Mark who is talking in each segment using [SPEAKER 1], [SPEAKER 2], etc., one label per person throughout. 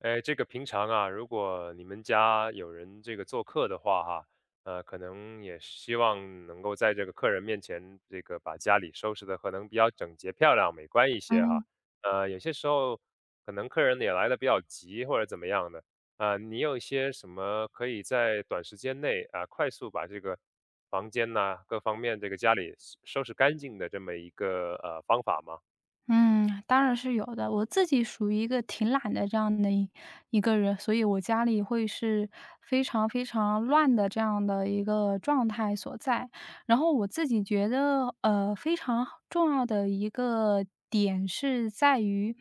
[SPEAKER 1] 哎，这个平常啊，如果你们家有人这个做客的话哈，可能也希望能够在这个客人面前，这个把家里收拾的可能比较整洁漂亮、美观一些
[SPEAKER 2] 嗯
[SPEAKER 1] 哈。有些时候可能客人也来的比较急或者怎么样的，啊，你有一些什么可以在短时间内啊，快速把这个房间呐、各方面这个家里收拾干净的这么一个方法吗？
[SPEAKER 2] 嗯，当然是有的。我自己属于一个挺懒的这样的一个人，所以我家里会是非常非常乱的这样的一个状态所在。然后我自己觉得，非常重要的一个点是在于，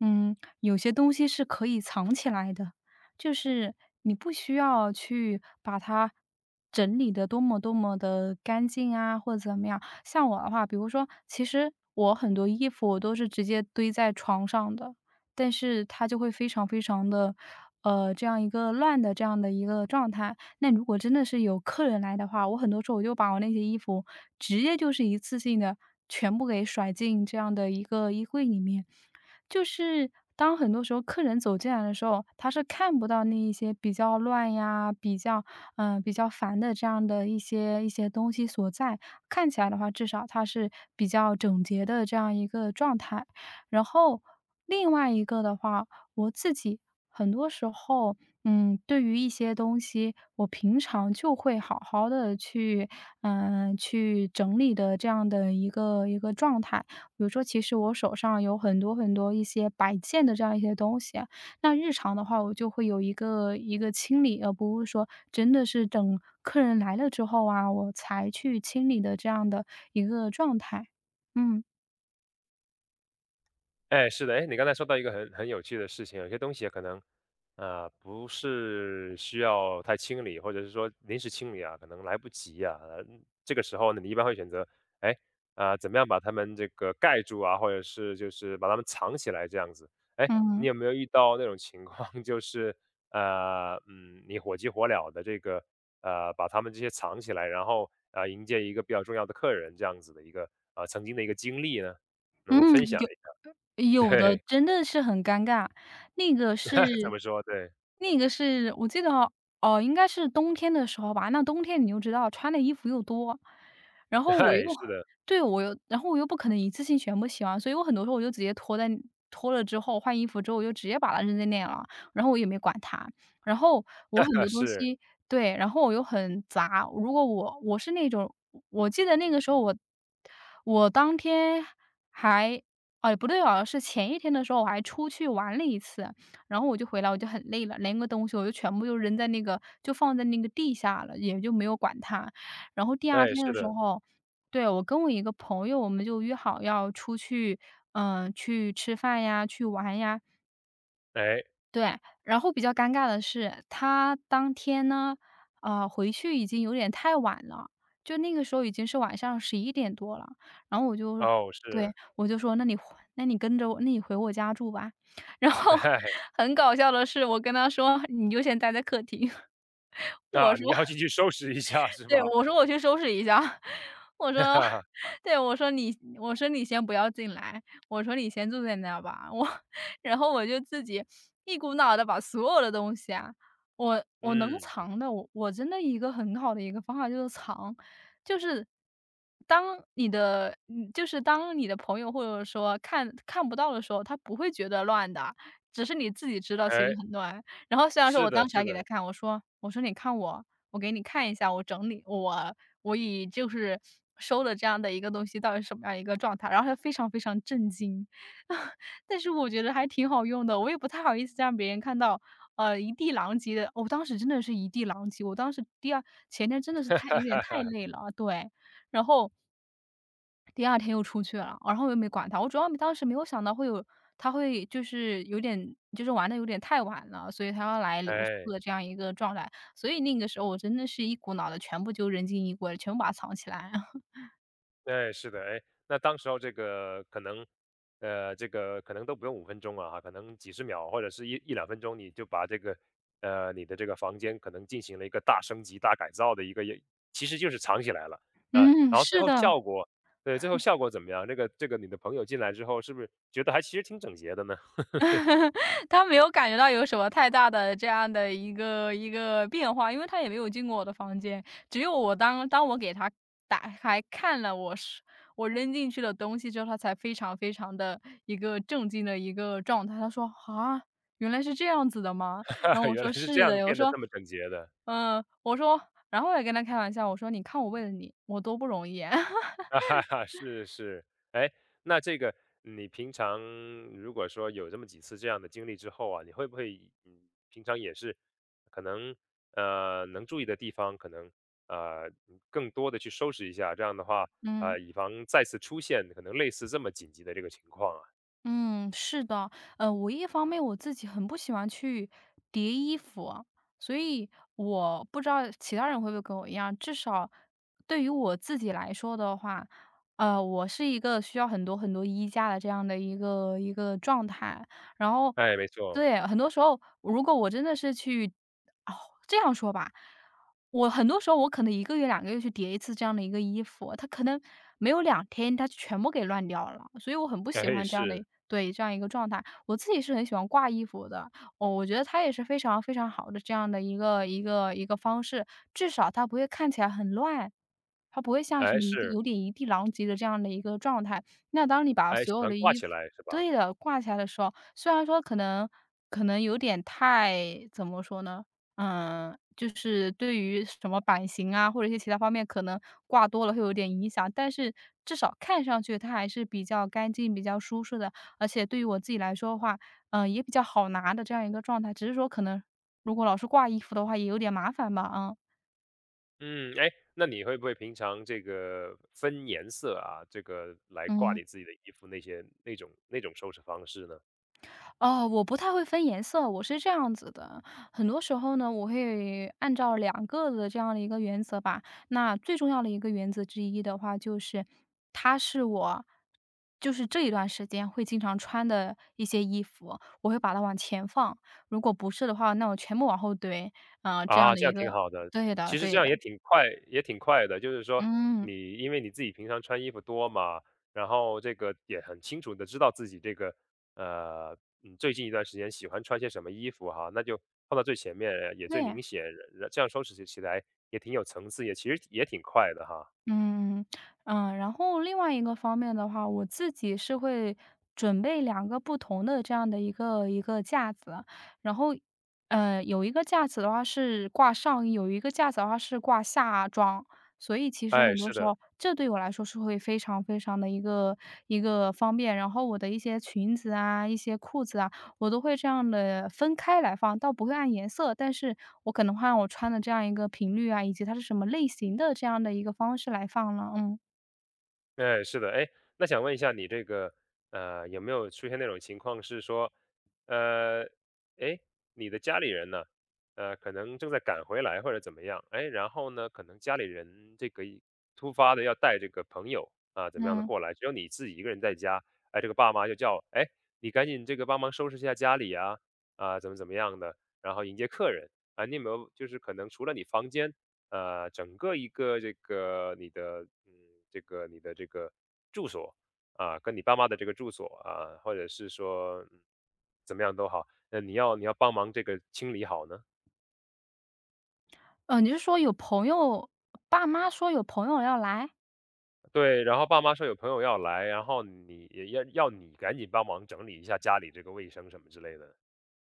[SPEAKER 2] 有些东西是可以藏起来的，就是你不需要去把它整理的多么多么的干净啊，或者怎么样。像我的话，比如说，其实我很多衣服我都是直接堆在床上的，但是它就会非常非常的，这样一个乱的这样的一个状态。那如果真的是有客人来的话，我很多时候我就把我那些衣服直接就是一次性的全部给甩进这样的一个衣柜里面。就是当很多时候客人走进来的时候，他是看不到那一些比较乱呀、比较比较烦的这样的一些东西所在。看起来的话，至少它是比较整洁的这样一个状态。然后另外一个的话，我自己很多时候，对于一些东西，我平常就会好好的去，去整理的这样的一个状态。比如说，其实我手上有很多很多一些摆件的这样一些东西啊，那日常的话我就会有一个一个清理，而不是说真的是等客人来了之后啊，我才去清理的这样的一个状态。嗯，
[SPEAKER 1] 哎，是的，哎，你刚才说到一个很有趣的事情，有些东西可能，不是需要太清理，或者是说临时清理啊，可能来不及啊。这个时候呢，你一般会选择，哎，啊、怎么样把它们这个盖住啊，或者是就是把它们藏起来这样子。哎，你
[SPEAKER 2] 嗯，
[SPEAKER 1] 有没有遇到那种情况，就是你火急火燎的这个把它们这些藏起来，然后迎接一个比较重要的客人这样子的一个曾经的一个经历呢？能不能
[SPEAKER 2] 嗯。
[SPEAKER 1] 分享一下？
[SPEAKER 2] 有的
[SPEAKER 1] 对。
[SPEAKER 2] 真的是很尴尬，那个
[SPEAKER 1] 怎
[SPEAKER 2] 是
[SPEAKER 1] 么说？对。
[SPEAKER 2] 我记得哦，哦，应该是冬天的时候吧，那冬天你就知道穿的衣服又多，然 后我又
[SPEAKER 1] 哎，是的。
[SPEAKER 2] 对，我又然后我又不可能一次性全部洗完，所以我很多时候我就直接脱了之后换衣服之后，我就直接把它扔在那了，然后我也没管它。然后我很 多东
[SPEAKER 1] 是。
[SPEAKER 2] 西对，然后我又很杂，如果我是那种我记得那个时候我当天还哦，也不对哦，是前一天的时候我还出去玩了一次，然后我就回来我就很累了，连个东西我就全部就扔在那个就放在那个地下了，也就没有管它。然后第二
[SPEAKER 1] 哎，
[SPEAKER 2] 天的
[SPEAKER 1] 是
[SPEAKER 2] 时
[SPEAKER 1] 的。
[SPEAKER 2] 候，对，我跟我一个朋友，我们就约好要出去，去吃饭呀，去玩呀。
[SPEAKER 1] 哎，
[SPEAKER 2] 对，然后比较尴尬的是，他当天呢，回去已经有点太晚了，就那个时候已经是晚上十一点多了。然后我就
[SPEAKER 1] 哦，
[SPEAKER 2] 对，
[SPEAKER 1] 是。
[SPEAKER 2] 我就说："那你跟着我那你回我家住吧。然后
[SPEAKER 1] 哎，
[SPEAKER 2] 很搞笑的是，我跟他说："你就先待在客厅。" 我
[SPEAKER 1] 那
[SPEAKER 2] 说
[SPEAKER 1] 你要进去收拾一下是
[SPEAKER 2] 对，
[SPEAKER 1] 吧？
[SPEAKER 2] 我说我去收拾一下，我 说
[SPEAKER 1] 哈哈。
[SPEAKER 2] 对，我说你先不要进来，我说你先坐在那儿吧，我 然后我就自己一股脑的把所有的东西啊，我能
[SPEAKER 1] 嗯，
[SPEAKER 2] 藏的，我真的一个很好的一个方法就是藏，就是当你的嗯就是当你的朋友或者说看不到的时候，他不会觉得乱的，只是你自己知道其实
[SPEAKER 1] 哎，
[SPEAKER 2] 很乱。然后虽然说
[SPEAKER 1] 是
[SPEAKER 2] 我
[SPEAKER 1] 的，
[SPEAKER 2] 当时
[SPEAKER 1] 是
[SPEAKER 2] 还给他
[SPEAKER 1] 的，
[SPEAKER 2] 看，我说：“你看我，我给你看一下，我整理我我以就是收的这样的一个东西到底是什么样一个状态。"然后他非常非常震惊，但是我觉得还挺好用的，我也不太好意思让别人看到，一地狼藉的我当时真的是一地狼藉，我当时前天真的是有点太累了啊，对。然后第二天又出去了，然后我又没管他。我主要当时没有想到他会就是有点就是玩的有点太晚了，所以他要来留宿
[SPEAKER 1] 哎。
[SPEAKER 2] 的这样一个状态。所以那个时候我真的是一股脑的全部就扔进衣柜了全部把它藏起来。
[SPEAKER 1] 哎，是的，哎，那当时候这个可能，这个可能都不用5分钟啊，可能几十秒或者是一两分钟，你就把这个，你的这个房间可能进行了一个大升级、大改造的一个也其实就是藏起来了。呃，
[SPEAKER 2] 嗯，
[SPEAKER 1] 然后最
[SPEAKER 2] 是
[SPEAKER 1] 后
[SPEAKER 2] 的。
[SPEAKER 1] 效果，对，最后效果怎么样？那个这个你的朋友进来之后，是不是觉得还其实挺整洁的呢？
[SPEAKER 2] 他没有感觉到有什么太大的这样的一个变化，因为他也没有进过我的房间。只有当我给他打开看了我扔进去的东西之后，他才非常非常的一个震惊的一个状态。他说："啊，原来是这样子的吗？"然后 我
[SPEAKER 1] 原
[SPEAKER 2] 说：
[SPEAKER 1] 来是这
[SPEAKER 2] “是的。"
[SPEAKER 1] 样
[SPEAKER 2] 我
[SPEAKER 1] 变得
[SPEAKER 2] 说：
[SPEAKER 1] 这么整洁的。
[SPEAKER 2] “嗯。"然后我也跟他开玩笑，我说："你看我为了你，我多不容易。"啊。
[SPEAKER 1] 啊哈 哈，是是，哎，那这个你平常如果说有这么几次这样的经历之后啊，你会不会，平常也是可能能注意的地方，可能呃更多的去收拾一下，这样的话，
[SPEAKER 2] 嗯。
[SPEAKER 1] 啊，以防再次出现可能类似这么紧急的这个情况啊。
[SPEAKER 2] 嗯，是的，我一方面我自己很不喜欢去叠衣服，所以我不知道其他人会不会跟我一样，至少对于我自己来说的话，我是一个需要很多很多衣架的这样的一个状态。然后，
[SPEAKER 1] 哎，没错。
[SPEAKER 2] 对，很多时候如果我真的是去，哦，这样说吧。我很多时候我可能一个月、两个月去叠一次这样的一个衣服，它可能没有两天它全部给乱掉了，所以我很不 喜
[SPEAKER 1] 哎
[SPEAKER 2] 欢这样的
[SPEAKER 1] 是。
[SPEAKER 2] 对，这样一个状态。我自己是很喜欢挂衣服的，哦，我觉得它也是非常非常好的这样的一个方式，至少它不会看起来很乱，它不会像什
[SPEAKER 1] 哎
[SPEAKER 2] 么一地
[SPEAKER 1] 是。
[SPEAKER 2] 有点一地狼藉的这样的一个状态。那当你把
[SPEAKER 1] 哎
[SPEAKER 2] 所
[SPEAKER 1] 喜
[SPEAKER 2] 有
[SPEAKER 1] 欢
[SPEAKER 2] 的
[SPEAKER 1] 挂
[SPEAKER 2] 衣
[SPEAKER 1] 起
[SPEAKER 2] 服
[SPEAKER 1] 来是吧？
[SPEAKER 2] 对的，挂起来的时候，虽然说可能有点太怎么说呢？就是对于什么版型啊，或者一些其他方面可能挂多了会有点影响，但是至少看上去它还是比较干净、比较舒适的，而且对于我自己来说的话，也比较好拿的这样一个状态，只是说可能如果老是挂衣服的话也有点麻烦吧，啊，
[SPEAKER 1] 嗯，哎，那你会不会平常这个分颜色啊，这个来挂
[SPEAKER 2] 嗯。
[SPEAKER 1] 你自己的衣服那些那种收拾方式呢？
[SPEAKER 2] 哦，我不太会分颜色，我是这样子的，很多时候呢，我会按照两个的这样的一个原则吧。那最重要的一个原则之一的话，就是它是我就是这一段时间会经常穿的一些衣服，我会把它往前放，如果不是的话，那我全部往后堆，啊，这样
[SPEAKER 1] 啊，
[SPEAKER 2] 的
[SPEAKER 1] 这
[SPEAKER 2] 一
[SPEAKER 1] 样挺
[SPEAKER 2] 个
[SPEAKER 1] 好的，
[SPEAKER 2] 对的
[SPEAKER 1] 其实这
[SPEAKER 2] 对
[SPEAKER 1] 样
[SPEAKER 2] 的，
[SPEAKER 1] 也挺快，也挺快的。就是说
[SPEAKER 2] 嗯，
[SPEAKER 1] 你因为你自己平常穿衣服多嘛，然后这个也很清楚的知道自己这个呃，最近一段时间喜欢穿些什么衣服哈，那就放到最前面也最
[SPEAKER 2] 对。
[SPEAKER 1] 明显，这样收拾起来也挺有层次，也其实也挺快的哈。
[SPEAKER 2] 嗯，嗯，然后另外一个方面的话，我自己是会准备两个不同的这样的一个架子，然后，有一个架子的话是挂上衣，有一个架子的话是挂下装。所以其实
[SPEAKER 1] 哎，
[SPEAKER 2] 很多
[SPEAKER 1] 是
[SPEAKER 2] 时
[SPEAKER 1] 的。
[SPEAKER 2] 候，这对我来说是会非常非常的一个方便。然后我的一些裙子啊，一些裤子啊，我都会这样的分开来放，倒不会按颜色，但是我可能会按我穿的这样一个频率啊，以及它是什么类型的这样的一个方式来放了。嗯，
[SPEAKER 1] 哎，是的，哎，那想问一下你这个，有没有出现那种情况是说，呃，哎，你的家里人呢，可能正在赶回来或者怎么样，哎，然后呢，可能家里人这个一突发的要带这个朋友啊，怎么样的
[SPEAKER 2] 嗯，
[SPEAKER 1] 过来，只有你自己一个人在家，哎，这个爸妈就叫，哎，你赶紧这个帮忙收拾一下家里啊，啊，怎么样的，然后迎接客人啊，你有没有就是可能除了你房间整个一个这个你的，这个你的这个住所啊，跟你爸妈的这个住所啊，或者是说，怎么样都好，那你要帮忙这个清理好呢。
[SPEAKER 2] 你是说有朋友爸妈说有朋友要来？
[SPEAKER 1] 对，然后爸妈说有朋友要来，然后你也要你赶紧帮忙整理一下家里这个卫生什么之类的，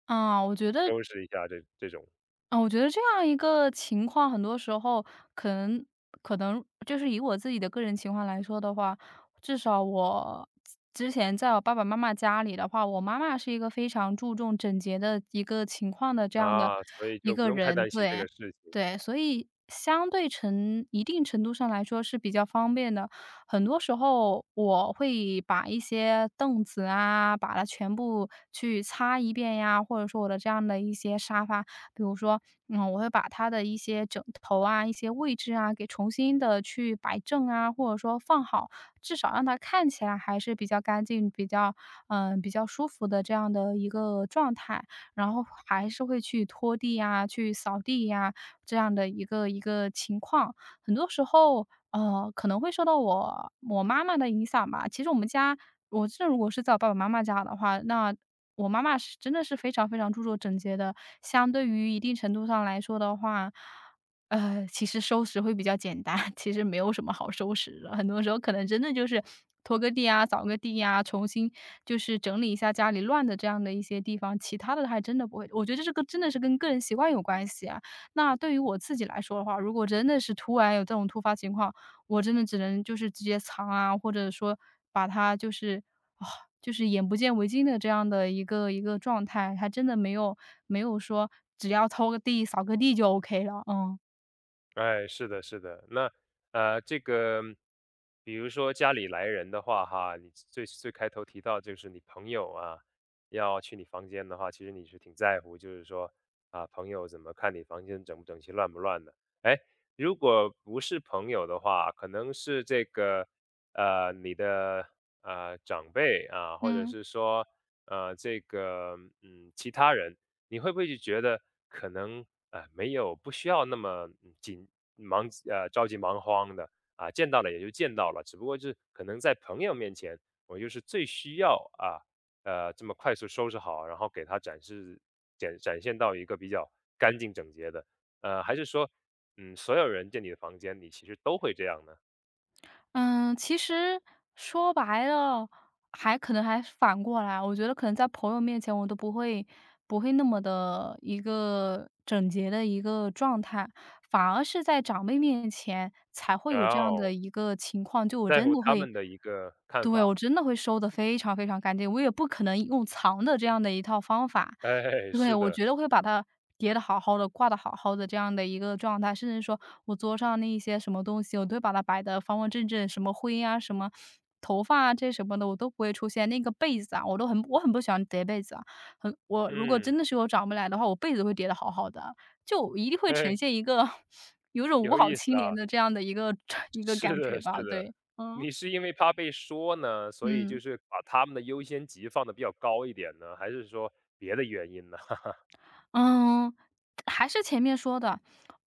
[SPEAKER 2] 啊，我觉得
[SPEAKER 1] 收拾一下这种
[SPEAKER 2] 啊，我觉得这样一个情况，很多时候可能可能就是以我自己的个人情况来说的话，至少我之前在我爸爸妈妈家里的话，我妈妈是一个非常注重整洁的一个情况的这样的
[SPEAKER 1] 啊，所以
[SPEAKER 2] 一
[SPEAKER 1] 就不
[SPEAKER 2] 个
[SPEAKER 1] 用太
[SPEAKER 2] 人，
[SPEAKER 1] 担心这
[SPEAKER 2] 对
[SPEAKER 1] 个事情。
[SPEAKER 2] 对，所以相对一定程度上来说是比较方便的。很多时候我会把一些凳子啊，把它全部去擦一遍呀，或者说我的这样的一些沙发比如说，我会把它的一些枕头啊、一些位置啊，给重新的去摆正啊，或者说放好，至少让它看起来还是比较干净、比较舒服的这样的一个状态。然后还是会去拖地呀、去扫地呀，这样的一个情况。很多时候，可能会受到我妈妈的影响吧。其实我们家我这如果是在我爸爸妈妈家的话，那我妈妈是真的是非常非常注重整洁的，相对于一定程度上来说的话，其实收拾会比较简单，其实没有什么好收拾的。很多时候可能真的就是拖个地啊、扫个地啊，重新就是整理一下家里乱的这样的一些地方，其他的还真的不会。我觉得这个真的是跟个人习惯有关系啊。那对于我自己来说的话，如果真的是突然有这种突发情况，我真的只能就是直接藏啊，或者说把它就是啊，就是眼不见为净的这样的一个状态，还真的没有说只要拖个地、扫个地就 OK 了，嗯。
[SPEAKER 1] 哎，是的，是的。那这个比如说家里来人的话，哈，你最开头提到就是你朋友啊，要去你房间的话，其实你是挺在乎，就是说啊，朋友怎么看你房间整不整齐、乱不乱的。哎，如果不是朋友的话，可能是这个你的长辈啊，或者
[SPEAKER 2] 嗯。
[SPEAKER 1] 是说这个其他人。你会不会就觉得可能没有不需要那么紧忙着急忙慌的啊，见到了也就见到了，只不过是可能在朋友面前，我就是最需要啊这么快速收拾好，然后给他展示展现到一个比较干净整洁的，还是说所有人进你的房间，你其实都会这样呢？
[SPEAKER 2] 嗯，其实说白了，还可能还反过来，我觉得可能在朋友面前我都不会那么的一个整洁的一个状态，反而是在长辈面前才会
[SPEAKER 1] 然
[SPEAKER 2] 有这样的
[SPEAKER 1] 后
[SPEAKER 2] 一个情况，就我
[SPEAKER 1] 在
[SPEAKER 2] 真
[SPEAKER 1] 乎
[SPEAKER 2] 的
[SPEAKER 1] 他
[SPEAKER 2] 会
[SPEAKER 1] 们的一个看
[SPEAKER 2] 对，我
[SPEAKER 1] 法，
[SPEAKER 2] 真的会收的非常非常干净，我也不可能用藏的这样的一套方法。
[SPEAKER 1] 哎，
[SPEAKER 2] 对，
[SPEAKER 1] 是
[SPEAKER 2] 我觉
[SPEAKER 1] 的，
[SPEAKER 2] 得会把它叠得好好的，挂得好好的这样的一个状态，甚至说我桌上那一些什么东西，我都会把它摆得方方正正，什么灰啊，什么头发啊，这什么的我都不会出现。那个被子啊，我很不喜欢叠被子啊，如果
[SPEAKER 1] 嗯，
[SPEAKER 2] 真的是我长辈来的话，我被子会叠得好好的，就一定会呈
[SPEAKER 1] 嘿，
[SPEAKER 2] 现一个 有一种五
[SPEAKER 1] 有
[SPEAKER 2] 好
[SPEAKER 1] 意思
[SPEAKER 2] 青年
[SPEAKER 1] 啊。
[SPEAKER 2] 的这样的一个 一 个
[SPEAKER 1] 是
[SPEAKER 2] 感觉
[SPEAKER 1] 的，是
[SPEAKER 2] 吧，
[SPEAKER 1] 的。
[SPEAKER 2] 对，嗯
[SPEAKER 1] 你是因为怕被说呢，所以
[SPEAKER 2] 嗯。
[SPEAKER 1] 就是把他们的优先级放的比较高一点呢，还是说别的原因呢？
[SPEAKER 2] 嗯，还是前面说的，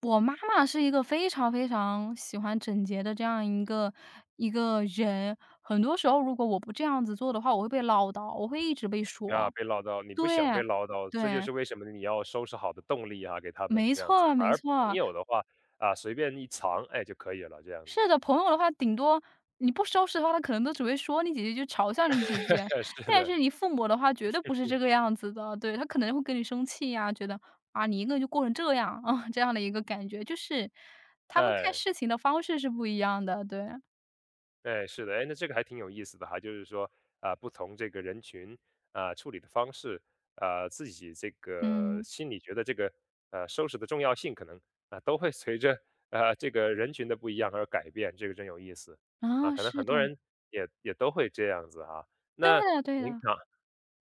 [SPEAKER 2] 我妈妈是一个非常非常喜欢整洁的这样一个人。很多时候如果我不这样子做的话，我会被唠叨，我会一直被
[SPEAKER 1] 啊，
[SPEAKER 2] 说。
[SPEAKER 1] 被唠叨，你不想被
[SPEAKER 2] 对，
[SPEAKER 1] 唠叨，这就
[SPEAKER 2] 对，
[SPEAKER 1] 是为什么你要收拾好的动力啊，给他们
[SPEAKER 2] 没
[SPEAKER 1] 这样子。
[SPEAKER 2] 错
[SPEAKER 1] 反
[SPEAKER 2] 没
[SPEAKER 1] 而朋
[SPEAKER 2] 错。
[SPEAKER 1] 友的话，啊，随便一藏，哎，就可以了，这样
[SPEAKER 2] 是
[SPEAKER 1] 子。
[SPEAKER 2] 的，朋友的话，顶多你不收拾的话，他可能都只会说你几句，就嘲笑你几句。
[SPEAKER 1] 是
[SPEAKER 2] 但
[SPEAKER 1] 的，
[SPEAKER 2] 是你父母的话，绝对不是这个样子的，对，他可能会跟你生气呀，觉得啊，你一个人就过成这样啊，这样的一个感觉，就是他们看
[SPEAKER 1] 哎。
[SPEAKER 2] 事情的方式是不一样的，对，
[SPEAKER 1] 哎，是的，哎，那这个还挺有意思的哈，就是说，啊、不同这个人群啊、处理的方式，啊、自己这个
[SPEAKER 2] 嗯，
[SPEAKER 1] 心里觉得这个收拾的重要性，可能啊、都会随着啊这个人群的不一样而改变，这个真有意思啊，
[SPEAKER 2] 啊，
[SPEAKER 1] 可能
[SPEAKER 2] 是
[SPEAKER 1] 很多
[SPEAKER 2] 的，
[SPEAKER 1] 人也都会这样子哈。
[SPEAKER 2] 对
[SPEAKER 1] 那
[SPEAKER 2] 的对
[SPEAKER 1] 您
[SPEAKER 2] 的。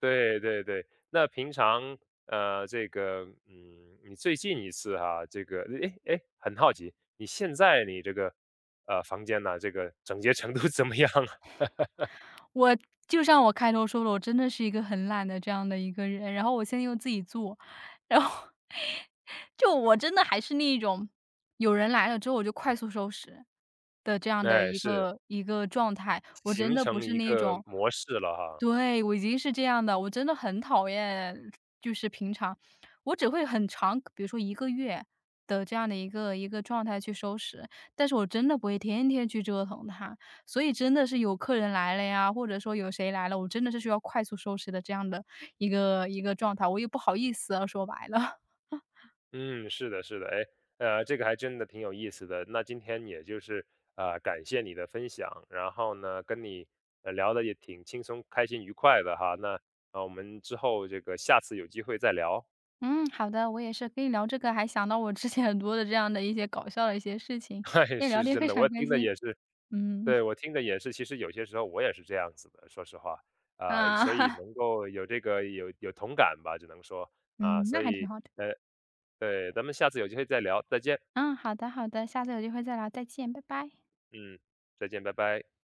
[SPEAKER 1] 对对对，那平常这个你最近一次哈，这个诶诶，很好奇，你现在你这个房间呢、这个整洁程度怎么样啊？
[SPEAKER 2] 我就像我开头说的，我真的是一个很懒的这样的一个人，然后我现在又自己做，然后 就我真的还是那一种有人来了之后我就快速收拾的这 样的
[SPEAKER 1] 哎，
[SPEAKER 2] 一
[SPEAKER 1] 是
[SPEAKER 2] 个一个状态，我真
[SPEAKER 1] 形
[SPEAKER 2] 的不
[SPEAKER 1] 成
[SPEAKER 2] 是
[SPEAKER 1] 一
[SPEAKER 2] 那
[SPEAKER 1] 个
[SPEAKER 2] 种
[SPEAKER 1] 模式了哈。
[SPEAKER 2] 对，我已经是这样的，我真的很讨厌，就是平常我只会很长，比如说一个月的这样的一个状态去收拾，但是我真的不会天天去折腾它。所以真的是有客人来了呀，或者说有谁来了，我真的是需要快速收拾的这样的一个状态，我也不好意思啊，说白了。
[SPEAKER 1] 嗯，是的，是的，哎，这个还真的挺有意思的。那今天也就是感谢你的分享，然后呢，跟你聊的也挺轻松、开心、愉快的哈。那啊我们之后这个下次有机会再聊。
[SPEAKER 2] 嗯，好的，我也是跟你聊这个，还想到我之前很多的这样的一些搞笑的一些事情，
[SPEAKER 1] 嗨，
[SPEAKER 2] 跟你聊
[SPEAKER 1] 是
[SPEAKER 2] 天
[SPEAKER 1] 真
[SPEAKER 2] 非
[SPEAKER 1] 的，
[SPEAKER 2] 常
[SPEAKER 1] 我
[SPEAKER 2] 开
[SPEAKER 1] 听的
[SPEAKER 2] 心。
[SPEAKER 1] 也是，
[SPEAKER 2] 嗯，
[SPEAKER 1] 对，我听的也是，其实有些时候我也是这样子的，说实话。啊，
[SPEAKER 2] 啊，
[SPEAKER 1] 所以 能够有这个有同感吧，只能说。啊，
[SPEAKER 2] 嗯，那
[SPEAKER 1] 所
[SPEAKER 2] 还
[SPEAKER 1] 以，
[SPEAKER 2] 挺好的。
[SPEAKER 1] 呃，对，咱们下次有机会再聊，再见。
[SPEAKER 2] 嗯，好的好的，下次有机会再聊，再见，拜拜。
[SPEAKER 1] 嗯，再见，拜拜。